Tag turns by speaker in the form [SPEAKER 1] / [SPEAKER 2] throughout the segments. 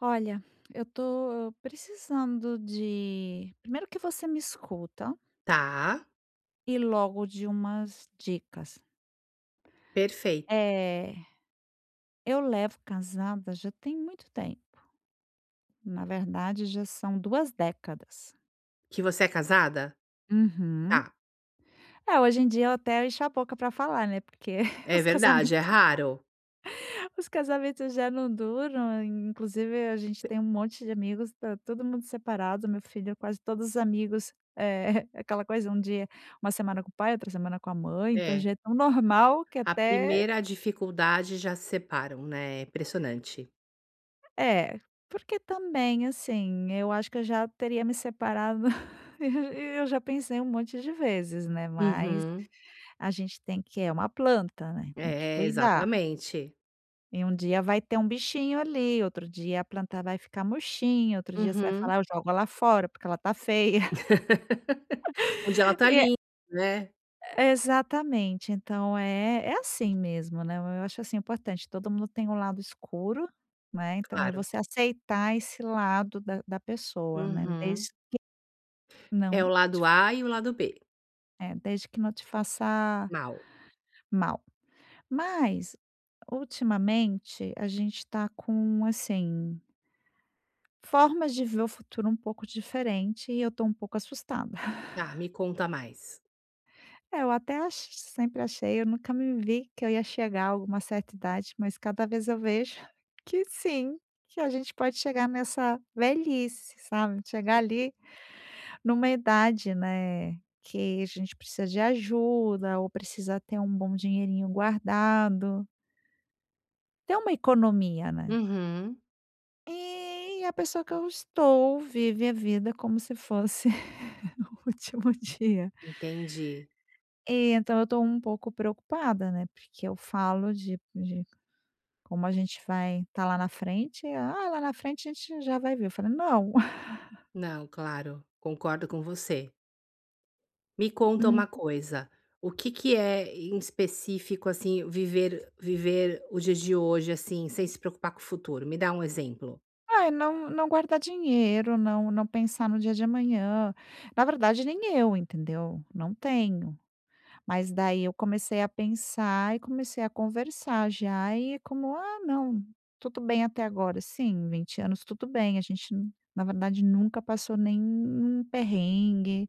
[SPEAKER 1] Olha, eu tô precisando de primeiro que você me escuta
[SPEAKER 2] Tá,
[SPEAKER 1] e logo de umas dicas.
[SPEAKER 2] perfeito.
[SPEAKER 1] É, eu levo casada já tem muito tempo, na verdade já são 2 décadas.
[SPEAKER 2] Que você é casada?
[SPEAKER 1] Uhum.
[SPEAKER 2] Tá,
[SPEAKER 1] Hoje em dia eu até encho a boca pra falar, né, porque
[SPEAKER 2] é
[SPEAKER 1] os
[SPEAKER 2] verdade, é
[SPEAKER 1] casamentos
[SPEAKER 2] raro.
[SPEAKER 1] Os casamentos já não duram, inclusive a gente tem um monte de amigos, tá todo mundo separado, meu filho, quase todos os amigos, aquela coisa, um dia uma semana com o pai, outra semana com a mãe, então
[SPEAKER 2] É,
[SPEAKER 1] já é tão normal que
[SPEAKER 2] a
[SPEAKER 1] até
[SPEAKER 2] primeira dificuldade já se separam, né, é impressionante.
[SPEAKER 1] é, porque também, assim, eu acho que eu já teria me separado e eu já pensei um monte de vezes, né, mas
[SPEAKER 2] Uhum.
[SPEAKER 1] a gente tem que é uma planta, né, tem que
[SPEAKER 2] É,
[SPEAKER 1] cuidar.
[SPEAKER 2] exatamente.
[SPEAKER 1] E um dia vai ter um bichinho ali, outro dia a planta vai ficar murchinha, outro dia você vai
[SPEAKER 2] Uhum.
[SPEAKER 1] falar: "Eu jogo ela fora, porque ela tá feia".
[SPEAKER 2] Onde ela tá
[SPEAKER 1] E
[SPEAKER 2] linda, né,
[SPEAKER 1] exatamente, então é assim mesmo, né, eu acho, assim, importante, todo mundo tem um lado escuro, né, então é
[SPEAKER 2] claro.
[SPEAKER 1] você aceitar esse lado da pessoa, né,
[SPEAKER 2] Uhum.
[SPEAKER 1] desde
[SPEAKER 2] É
[SPEAKER 1] não
[SPEAKER 2] o lado
[SPEAKER 1] te
[SPEAKER 2] A e o lado B,
[SPEAKER 1] é, desde que não te faça
[SPEAKER 2] mal.
[SPEAKER 1] mal. Mas, ultimamente, a gente tá com, assim formas de ver o futuro um pouco diferente e eu tô um pouco assustada.
[SPEAKER 2] Tá, me conta mais.
[SPEAKER 1] É, eu até ach sempre achei, eu nunca me vi que eu ia chegar a alguma certa idade, mas cada vez eu vejo que sim, que a gente pode chegar nessa velhice, sabe, chegar ali numa idade, né, que a gente precisa de ajuda ou precisa ter um bom dinheirinho guardado, ter uma economia, né.
[SPEAKER 2] Uhum.
[SPEAKER 1] E a pessoa que eu estou vive a vida como se fosse o último dia.
[SPEAKER 2] Entendi.
[SPEAKER 1] E então eu tô um pouco preocupada, né, porque eu falo de como a gente vai estar lá na frente, e, "Ah, lá na frente a gente já vai ver", eu falei: "Não,
[SPEAKER 2] Não, claro, concordo com você. Me conta
[SPEAKER 1] Hum.
[SPEAKER 2] uma coisa, o que que é em específico, assim, viver o dia de hoje, assim, sem se preocupar com o futuro? Me dá um exemplo.
[SPEAKER 1] ai, não guardar dinheiro, não pensar no dia de amanhã". Na verdade nem eu, entendeu, não tenho. Mas daí eu comecei a pensar e comecei a conversar já e como: "Ah, não, tudo bem até agora". Sim, 20 anos tudo bem, a gente na verdade nunca passou nenhum perrengue.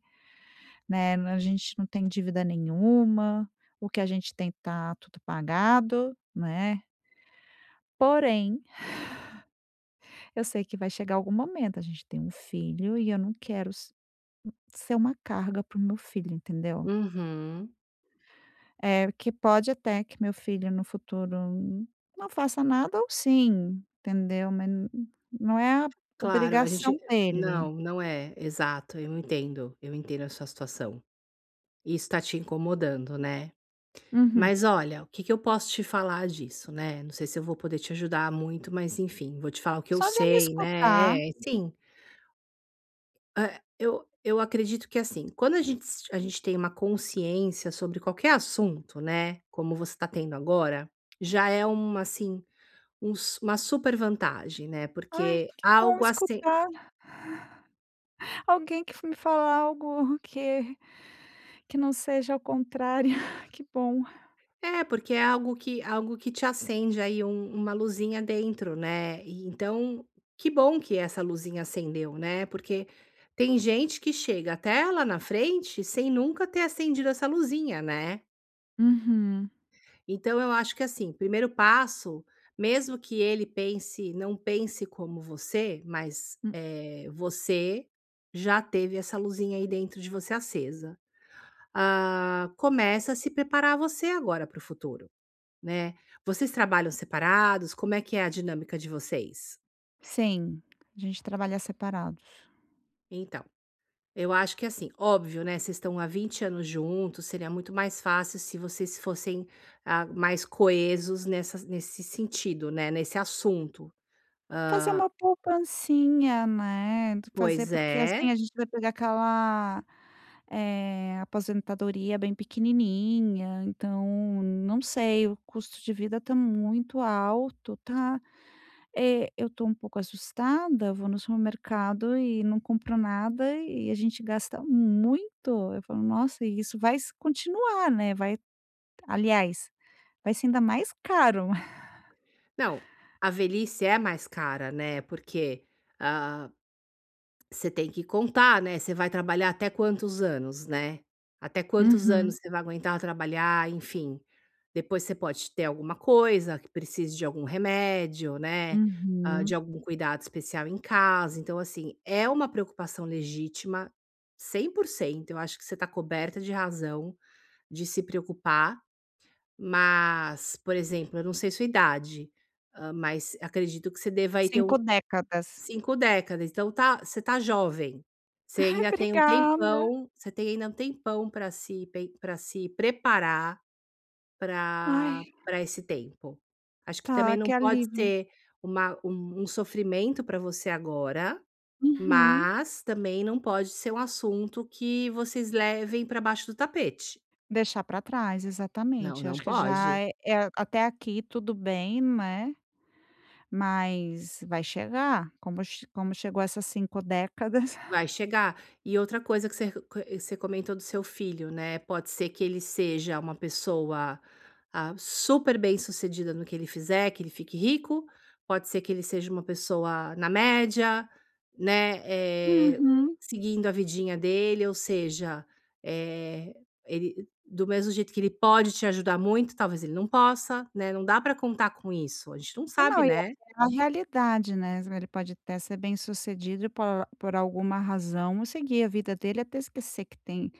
[SPEAKER 1] Né, a gente não tem dívida nenhuma, o que a gente tem tá tudo pagado, né, porém, eu sei que vai chegar algum momento, a gente tem um filho e eu não quero s ser uma carga para o meu filho, entendeu.
[SPEAKER 2] Uhum.
[SPEAKER 1] É que pode até que meu filho no futuro não faça nada ou sim, entendeu, mas n não é a
[SPEAKER 2] Claro, a gente
[SPEAKER 1] obrigação dele.
[SPEAKER 2] não, não é, exato, eu entendo a sua situação. Isso tá te incomodando, né.
[SPEAKER 1] Uhum.
[SPEAKER 2] Mas olha, o que que eu posso te falar disso, né, não sei se eu vou poder te ajudar muito, mas enfim, vou te falar o que eu
[SPEAKER 1] Só de me
[SPEAKER 2] sei, né,
[SPEAKER 1] escutar,
[SPEAKER 2] é, sim. É, eu acredito que, assim, quando a gente tem uma consciência sobre qualquer assunto, né, como você está tendo agora, já é uma, assim, um su uma super vantagem, né,
[SPEAKER 1] ai,
[SPEAKER 2] porque
[SPEAKER 1] que bom
[SPEAKER 2] algo assim
[SPEAKER 1] escutar alguém que me falar algo que não seja ao contrário. Que bom.
[SPEAKER 2] é, porque é algo que te acende aí uma luzinha dentro, né, e então, que bom que essa luzinha acendeu, né, porque tem gente que chega até lá na frente sem nunca ter acendido essa luzinha, né.
[SPEAKER 1] Uhum.
[SPEAKER 2] Então eu acho que assim, primeiro passo, mesmo que ele pense não pense como você, mas,
[SPEAKER 1] Hum,
[SPEAKER 2] você já teve essa luzinha aí dentro de você acesa. Começa a se preparar você agora para o futuro, né. Vocês trabalham separados? Como é que é a dinâmica de vocês?
[SPEAKER 1] sim, a gente trabalha separados.
[SPEAKER 2] Então, eu acho que assim, óbvio, né, vocês estão há 20 anos juntos, seria muito mais fácil se vocês fossem, mais coesos nessas nesse sentido, né, nesse assunto.
[SPEAKER 1] Fazer uma poupancinha, né, de fazer
[SPEAKER 2] Pois
[SPEAKER 1] porque,
[SPEAKER 2] é.
[SPEAKER 1] assim, a gente vai pegar aquela, aposentadoria bem pequenininha, então, não sei, o custo de vida tá muito alto, tá, eu tô um pouco assustada, vou no supermercado e não compro nada e a gente gasta muito. Eu falo: "Nossa, e isso vai se continuar, né, vai aliás, vai ser ainda mais caro.
[SPEAKER 2] Não, a velhice é mais cara, né, porque, ah, você tem que contar, né, você vai trabalhar até quantos anos, né. Até quantos
[SPEAKER 1] Uhum,
[SPEAKER 2] anos você vai aguentar trabalhar, enfim. Depois você pode ter alguma coisa que precise de algum remédio, né, de
[SPEAKER 1] uhum.
[SPEAKER 2] algum cuidado especial em casa. Então, assim, é uma preocupação legítima, 100%. Eu acho que você está coberta de razão de se preocupar. Mas, por exemplo, eu não sei sua idade, mas acredito que você deva aí ter
[SPEAKER 1] 5 décadas.
[SPEAKER 2] 5 décadas, então tá, você tá jovem. Você
[SPEAKER 1] Ai,
[SPEAKER 2] ainda tem um
[SPEAKER 1] obrigada.
[SPEAKER 2] tempão, você tem ainda um tempão para se preparar
[SPEAKER 1] Ai,
[SPEAKER 2] para esse tempo. Acho que também
[SPEAKER 1] tá, que
[SPEAKER 2] não pode
[SPEAKER 1] alívio.
[SPEAKER 2] ser uma um um sofrimento para você agora,
[SPEAKER 1] Uhum.
[SPEAKER 2] mas também não pode ser um assunto que vocês levem para baixo do tapete.
[SPEAKER 1] Deixar para trás,
[SPEAKER 2] Não,
[SPEAKER 1] exatamente.
[SPEAKER 2] não
[SPEAKER 1] Acho que já
[SPEAKER 2] pode.
[SPEAKER 1] é até aqui tudo bem, né, mas vai chegar, como chegou essas 5 décadas.
[SPEAKER 2] Vai chegar. E outra coisa que você comentou do seu filho, né, pode ser que ele seja uma pessoa, super bem-sucedida no que ele fizer, que ele fique rico, pode ser que ele seja uma pessoa na média, né, eh,
[SPEAKER 1] Uhum.
[SPEAKER 2] seguindo a vidinha dele, ou seja, eh, ele do mesmo jeito que ele pode te ajudar muito, talvez ele não possa, né, não dá para contar com isso, a gente não
[SPEAKER 1] E
[SPEAKER 2] sabe,
[SPEAKER 1] não, e é
[SPEAKER 2] né.
[SPEAKER 1] a realidade, né, ele pode até ser bem-sucedido por alguma razão, seguir a vida dele até esquecer que tem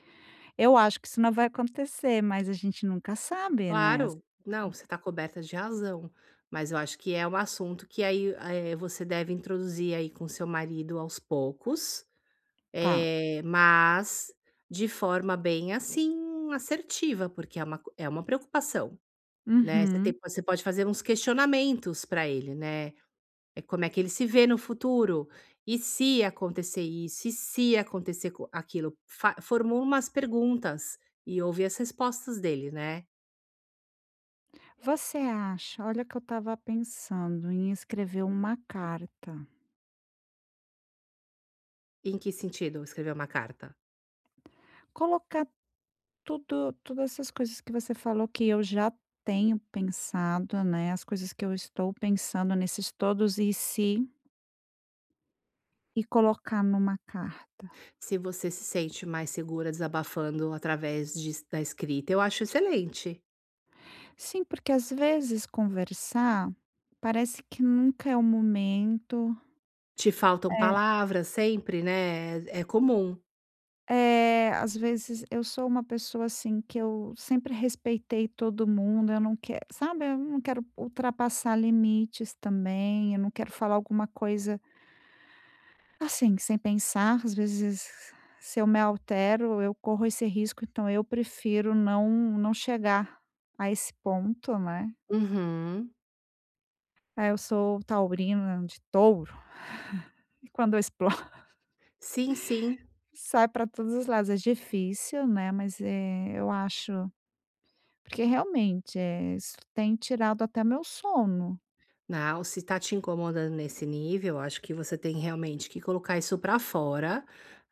[SPEAKER 1] eu acho que isso não vai acontecer, mas a gente nunca sabe, né.
[SPEAKER 2] Claro. Não, você está coberta de razão, mas eu acho que é um assunto que aí, você deve introduzir aí com seu marido aos poucos,
[SPEAKER 1] Tá.
[SPEAKER 2] mas de forma bem, assim, assertiva, porque é uma co é uma preocupação, né. Você tem
[SPEAKER 1] Uhum.
[SPEAKER 2] você pode fazer uns questionamentos para ele, né. É como é que ele se vê no futuro? E se acontecer isso? E se acontecer co aquilo? Fa formula umas perguntas e ouve as respostas dele, né.
[SPEAKER 1] Você acha olha que eu estava pensando em escrever uma carta,
[SPEAKER 2] Em que sentido escrever uma carta?
[SPEAKER 1] colocar tudo todas essas coisas que você falou que eu já tenho pensado, né, as coisas que eu estou pensando nesses todos "e se", e colocar numa carta.
[SPEAKER 2] Se você se sente mais segura desabafando através de da escrita, eu acho excelente.
[SPEAKER 1] Sim, porque às vezes conversar parece que nunca é o momento.
[SPEAKER 2] Te faltam palavras sempre, né, é comum.
[SPEAKER 1] É, às vezes eu sou uma pessoa assim que eu sempre respeitei todo mundo, eu não quero, sabe, eu não quero ultrapassar limites também, eu não quero falar alguma coisa assim, sem pensar. Às vezes, se eu me altero, eu corro esse risco, então eu prefiro não, não chegar a esse ponto, né?
[SPEAKER 2] Uhum.
[SPEAKER 1] Ah, eu sou taurina de touro, e quando eu exploro,
[SPEAKER 2] Sim, sim.
[SPEAKER 1] sai para todos os lados. É difícil, né? Mas é, eu acho. Porque realmente, isso tem tirado até meu sono.
[SPEAKER 2] Não, se tá te incomodando nesse nível, acho que você tem realmente que colocar isso pra fora,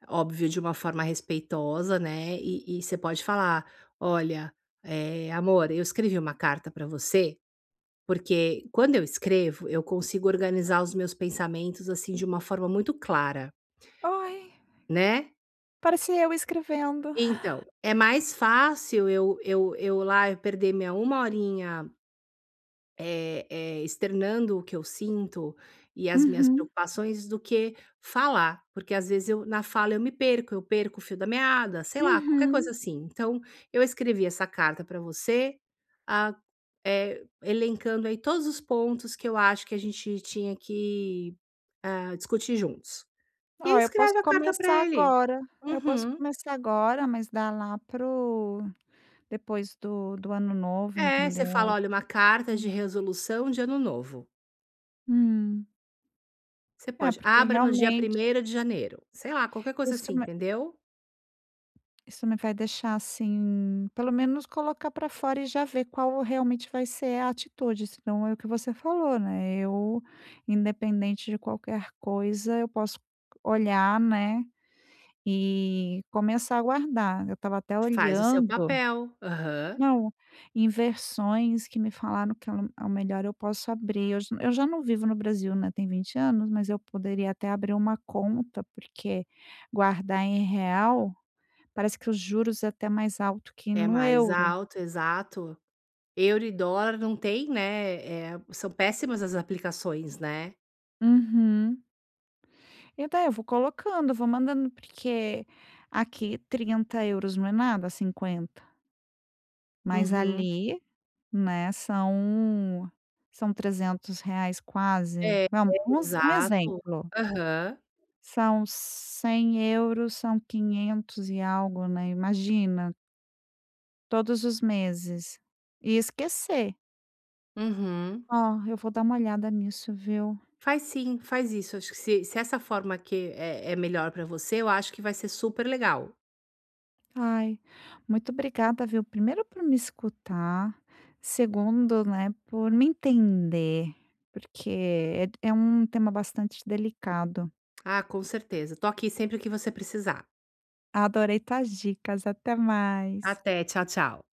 [SPEAKER 2] óbvio, de uma forma respeitosa, né, e você pode falar: "Olha, amor, eu escrevi uma carta pra você." Porque quando eu escrevo, eu consigo organizar os meus pensamentos, assim, de uma forma muito clara,
[SPEAKER 1] Ai,
[SPEAKER 2] né.
[SPEAKER 1] parecia eu escrevendo.
[SPEAKER 2] Então, é mais fácil eu lá eu perder minha uma horinha, externando o que eu sinto e as minhas
[SPEAKER 1] Uhum,
[SPEAKER 2] preocupações do que falar, porque às vezes eu na fala eu me perco, eu perco o fio da meada, sei lá, qualquer
[SPEAKER 1] uhum.
[SPEAKER 2] coisa assim. Então, eu escrevi essa carta para você, ah, elencando aí todos os pontos que eu acho que a gente tinha que, discutir juntos. E aí
[SPEAKER 1] Ó, eu posso
[SPEAKER 2] escreve a carta para
[SPEAKER 1] começar
[SPEAKER 2] ele.
[SPEAKER 1] agora, eu posso
[SPEAKER 2] Uhum.
[SPEAKER 1] começar agora, mas dá lá para depois do ano novo,
[SPEAKER 2] É, você fala:
[SPEAKER 1] entendeu?
[SPEAKER 2] "Olha, uma carta de resolução de ano novo".
[SPEAKER 1] Hum,
[SPEAKER 2] Você
[SPEAKER 1] é
[SPEAKER 2] pode
[SPEAKER 1] porque
[SPEAKER 2] abra no dia
[SPEAKER 1] realmente
[SPEAKER 2] 1º de janeiro, sei lá, qualquer coisa assim,
[SPEAKER 1] isso
[SPEAKER 2] entendeu?
[SPEAKER 1] isso me vai deixar, assim, pelo menos colocar pra fora e já ver qual realmente vai ser a atitude, senão é o que você falou, né, eu, independente de qualquer coisa, eu posso olhar, né, e começar a guardar. Eu estava até
[SPEAKER 2] Faz o seu
[SPEAKER 1] olhando
[SPEAKER 2] papel. Aham.
[SPEAKER 1] não, inversões que me falaram que ao melhor eu posso abrir. Eu já não vivo no Brasil, né, tem 20 anos, mas eu poderia até abrir uma conta, porque guardar em real parece que os juros é até mais alto que
[SPEAKER 2] É
[SPEAKER 1] no
[SPEAKER 2] mais
[SPEAKER 1] euro.
[SPEAKER 2] alto, exato. Euro e dólar não tem, né, são péssimas as aplicações, né.
[SPEAKER 1] Uhum. E daí eu vou colocando, vou mandando, porque aqui 30 euros não é nada, 50, mas
[SPEAKER 2] Uhum.
[SPEAKER 1] ali, né, são 300 reais quase.
[SPEAKER 2] É,
[SPEAKER 1] Vamos um ex um
[SPEAKER 2] exato.
[SPEAKER 1] exemplo,
[SPEAKER 2] Aham.
[SPEAKER 1] são 100 euros são 500 e algo, né, imagina, todos os meses. E esquecer.
[SPEAKER 2] Uhum.
[SPEAKER 1] Ó, eu vou dar uma olhada nisso, viu?
[SPEAKER 2] Faz sim, faz isso. Acho que se essa forma que é melhor pra você, eu acho que vai ser super legal.
[SPEAKER 1] Ai, muito obrigada, viu? Primeiro por me escutar, segundo, né, por me entender, porque é, é um tema bastante delicado.
[SPEAKER 2] Ah, com certeza. Tô aqui sempre que você precisar.
[SPEAKER 1] Adorei tuas dicas, até mais.
[SPEAKER 2] Até, tchau, tchau.